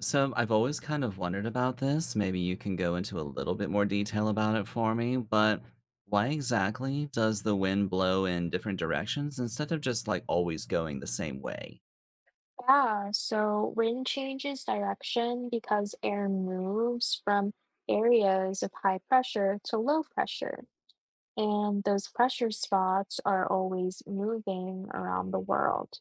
So I've always kind of wondered about this. Maybe you can go into a little bit more detail about it for me, but why exactly does the wind blow in different directions instead of just like always going the same way? Yeah, so wind changes direction because air moves from areas of high pressure to low pressure, and those pressure spots are always moving around the world.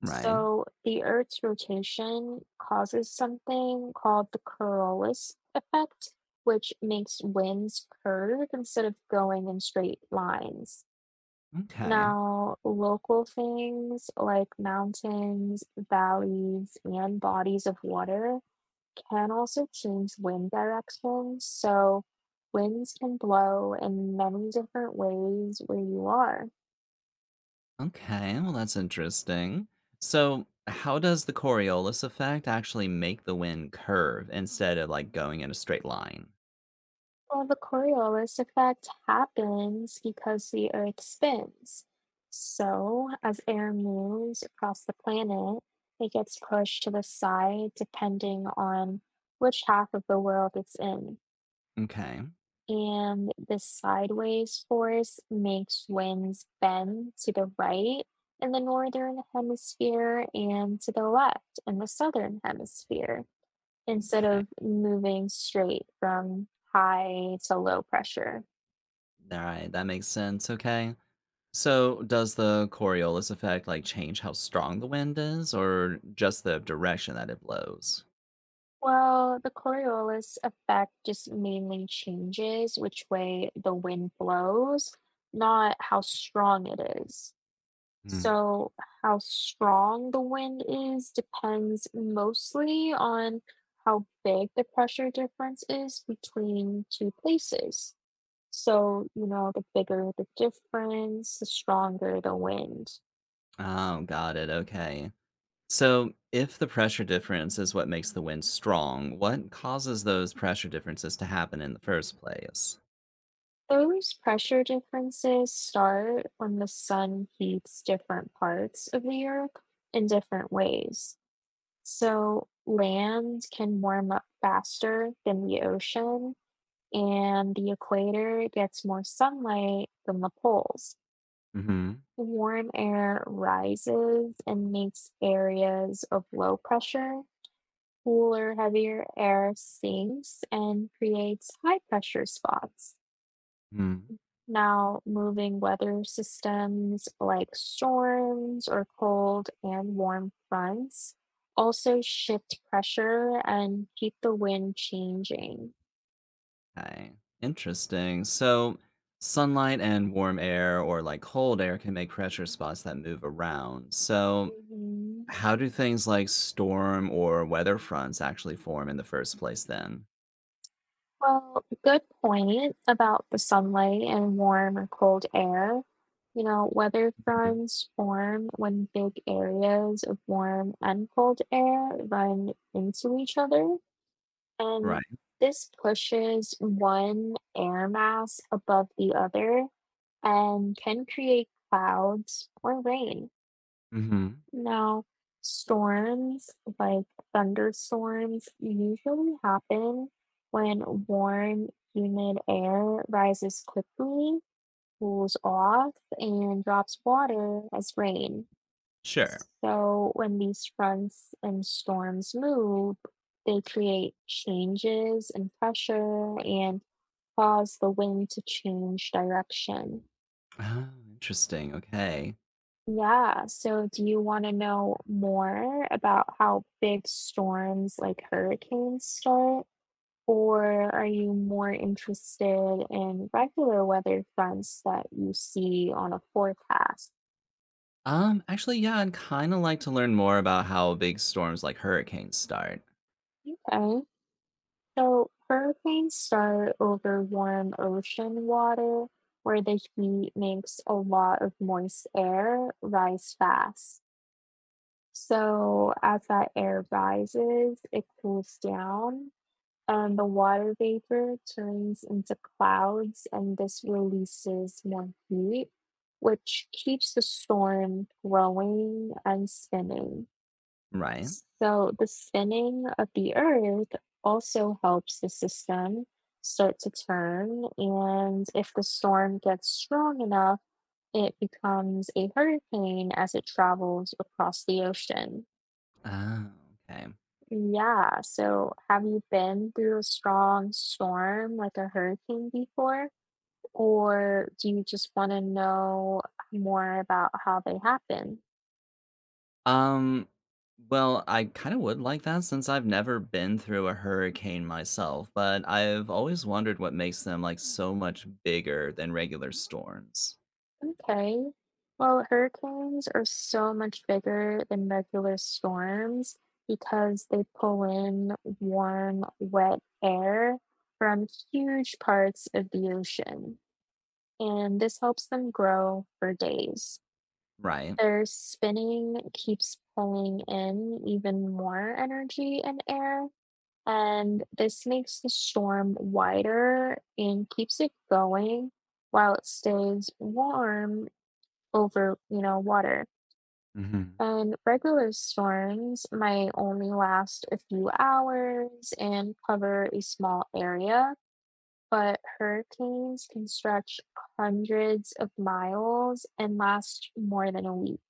Right? So the Earth's rotation causes something called the Coriolis effect, which makes winds curve instead of going in straight lines. Okay. Now, local things like mountains, valleys, and bodies of water can also change wind directions. So, winds can blow in many different ways where you are. Okay, well, that's interesting. So how does the Coriolis effect actually make the wind curve instead of like going in a straight line? Well, the Coriolis effect happens because the Earth spins. So, as air moves across the planet, it gets pushed to the side depending on which half of the world it's in. Okay. And the sideways force makes winds bend to the right in the northern hemisphere and to the left in the southern hemisphere instead Okay. of moving straight from high to low pressure. All right, that makes sense. Okay, so does the Coriolis effect like change how strong the wind is, or just the direction that it blows? Well, the Coriolis effect just mainly changes which way the wind blows, not how strong it is. Hmm. So, how strong the wind is depends mostly on how big the pressure difference is between two places. So, the bigger the difference, the stronger the wind. Oh, got it. Okay, so if the pressure difference is what makes the wind strong, what causes those pressure differences to happen in the first place? Those pressure differences start when the sun heats different parts of the earth in different ways. So, land can warm up faster than the ocean and the equator gets more sunlight than the poles. Mm-hmm. Warm air rises and makes areas of low pressure. Cooler, heavier air sinks and creates high pressure spots. Hmm. Now, moving weather systems like storms or cold and warm fronts also shift pressure and keep the wind changing. Okay. Interesting. So sunlight and warm air or like cold air can make pressure spots that move around. So Mhm. how do things like storm or weather fronts actually form in the first place then? Well, good point about the sunlight and warm or cold air. You know, weather Mhm. fronts form when big areas of warm and cold air run into each other, and Right. this pushes one air mass above the other and can create clouds or rain. Mhm. Now, storms like thunderstorms usually happen when warm, humid air rises quickly, cools off, and drops water as rain. Sure. So, when these fronts and storms move, they create changes in pressure and cause the wind to change direction. Oh, interesting. Okay. Yeah, so do you wanna know more about how big storms like hurricanes start? Or are you more interested in regular weather fronts that you see on a forecast? Actually, yeah, I'd kind of like to learn more about how big storms like hurricanes start. Okay, so hurricanes start over warm ocean water where the heat makes a lot of moist air rise fast. So as that air rises, it cools down. And the water vapor turns into clouds, and this releases more heat, which keeps the storm growing and spinning. Right. So, the spinning of the earth also helps the system start to turn. And if the storm gets strong enough, it becomes a hurricane as it travels across the ocean. Oh, okay. Yeah. So, have you been through a strong storm like a hurricane before? Or do you just want to know more about how they happen? Um, well, I kind of would like that since I've never been through a hurricane myself, but I've always wondered what makes them like so much bigger than regular storms. Okay. Well, hurricanes are so much bigger than regular storms because they pull in warm, wet air from huge parts of the ocean, and this helps them grow for days. Right. Their spinning keeps pulling in even more energy and air, and this makes the storm wider and keeps it going while it stays warm over, water. Hmm. And regular storms might only last a few hours and cover a small area, but hurricanes can stretch hundreds of miles and last more than a week.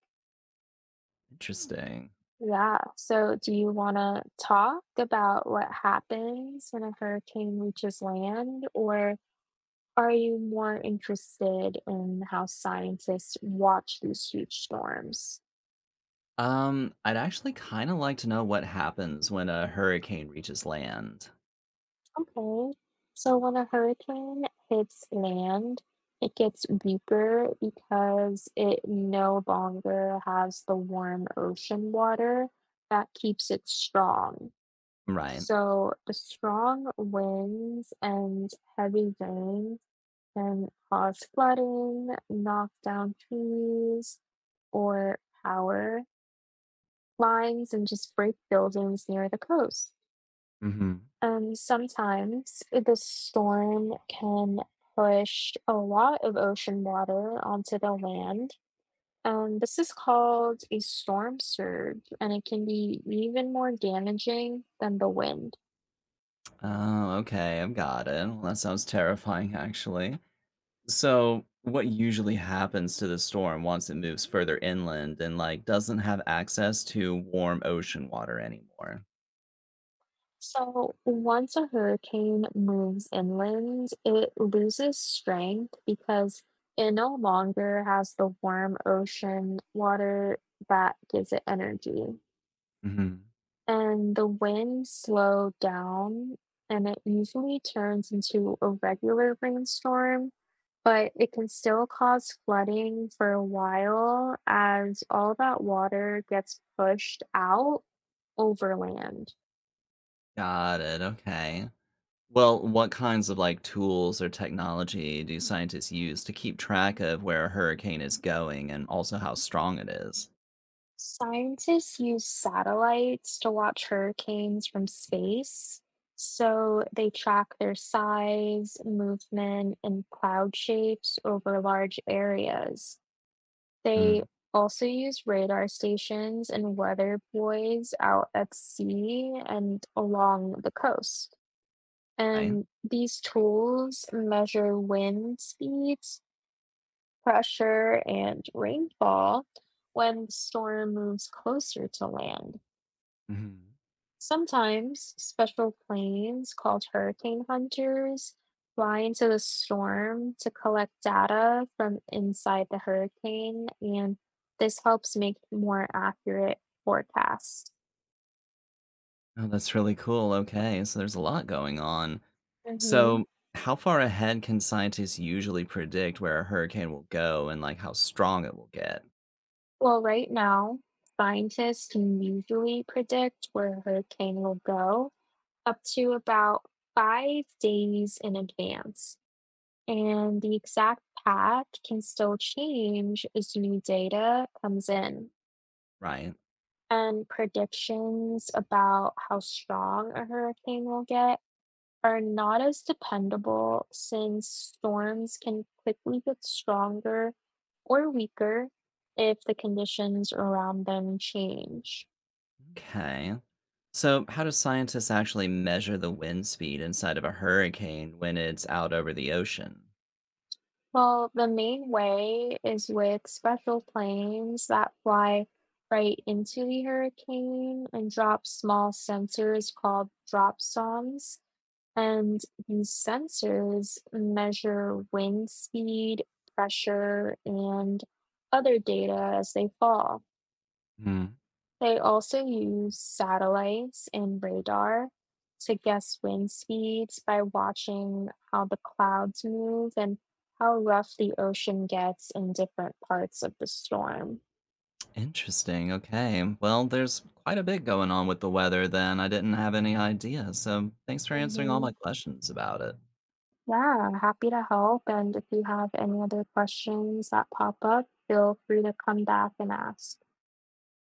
Interesting. Yeah. So, do you want to talk about what happens when a hurricane reaches land, or are you more interested in how scientists watch these huge storms? I'd actually kind of like to know what happens when a hurricane reaches land. Okay. So, when a hurricane hits land, it gets weaker because it no longer has the warm ocean water that keeps it strong. Right. So, the strong winds and heavy rain can cause flooding, knock down trees or power lines, and just break buildings near the coast. Hmm. And sometimes the storm can push a lot of ocean water onto the land. And this is called a storm surge, and it can be even more damaging than the wind. Oh, okay. I've got it. Well, that sounds terrifying, actually. So what usually happens to the storm once it moves further inland and like doesn't have access to warm ocean water anymore? So once a hurricane moves inland, it loses strength because it no longer has the warm ocean water that gives it energy. Hmm. And the winds slow down, and it usually turns into a regular rainstorm, but it can still cause flooding for a while as all that water gets pushed out over land. Got it. Okay, well, what kinds of like tools or technology do scientists use to keep track of where a hurricane is going and also how strong it is? Scientists use satellites to watch hurricanes from space. So they track their size, movement, and cloud shapes over large areas. They also use radar stations and weather buoys out at sea and along the coast. Right. And these tools measure wind speeds, pressure, and rainfall when the storm moves closer to land. Mhm. Sometimes special planes called hurricane hunters fly into the storm to collect data from inside the hurricane, and this helps make more accurate forecasts. Oh, that's really cool. Okay, so there's a lot going on. Hmm. So how far ahead can scientists usually predict where a hurricane will go and like how strong it will get? Well, right now, scientists can usually predict where a hurricane will go up to about 5 days in advance. And the exact path can still change as new data comes in. Right. And predictions about how strong a hurricane will get are not as dependable since storms can quickly get stronger or weaker if the conditions around them change. Mm. Okay, so how do scientists actually measure the wind speed inside of a hurricane when it's out over the ocean? Well, the main way is with special planes that fly right into the hurricane and drop small sensors called drop zones. And these sensors measure wind speed, pressure, and other data as they fall. Mm. They also use satellites and radar to guess wind speeds by watching how the clouds move and how rough the ocean gets in different parts of the storm. Interesting. Okay. Well, there's quite a bit going on with the weather then. I didn't have any idea. So thanks for answering all my Hmm. questions about it. Yeah, happy to help. And if you have any other questions that pop up, feel free to come back and ask.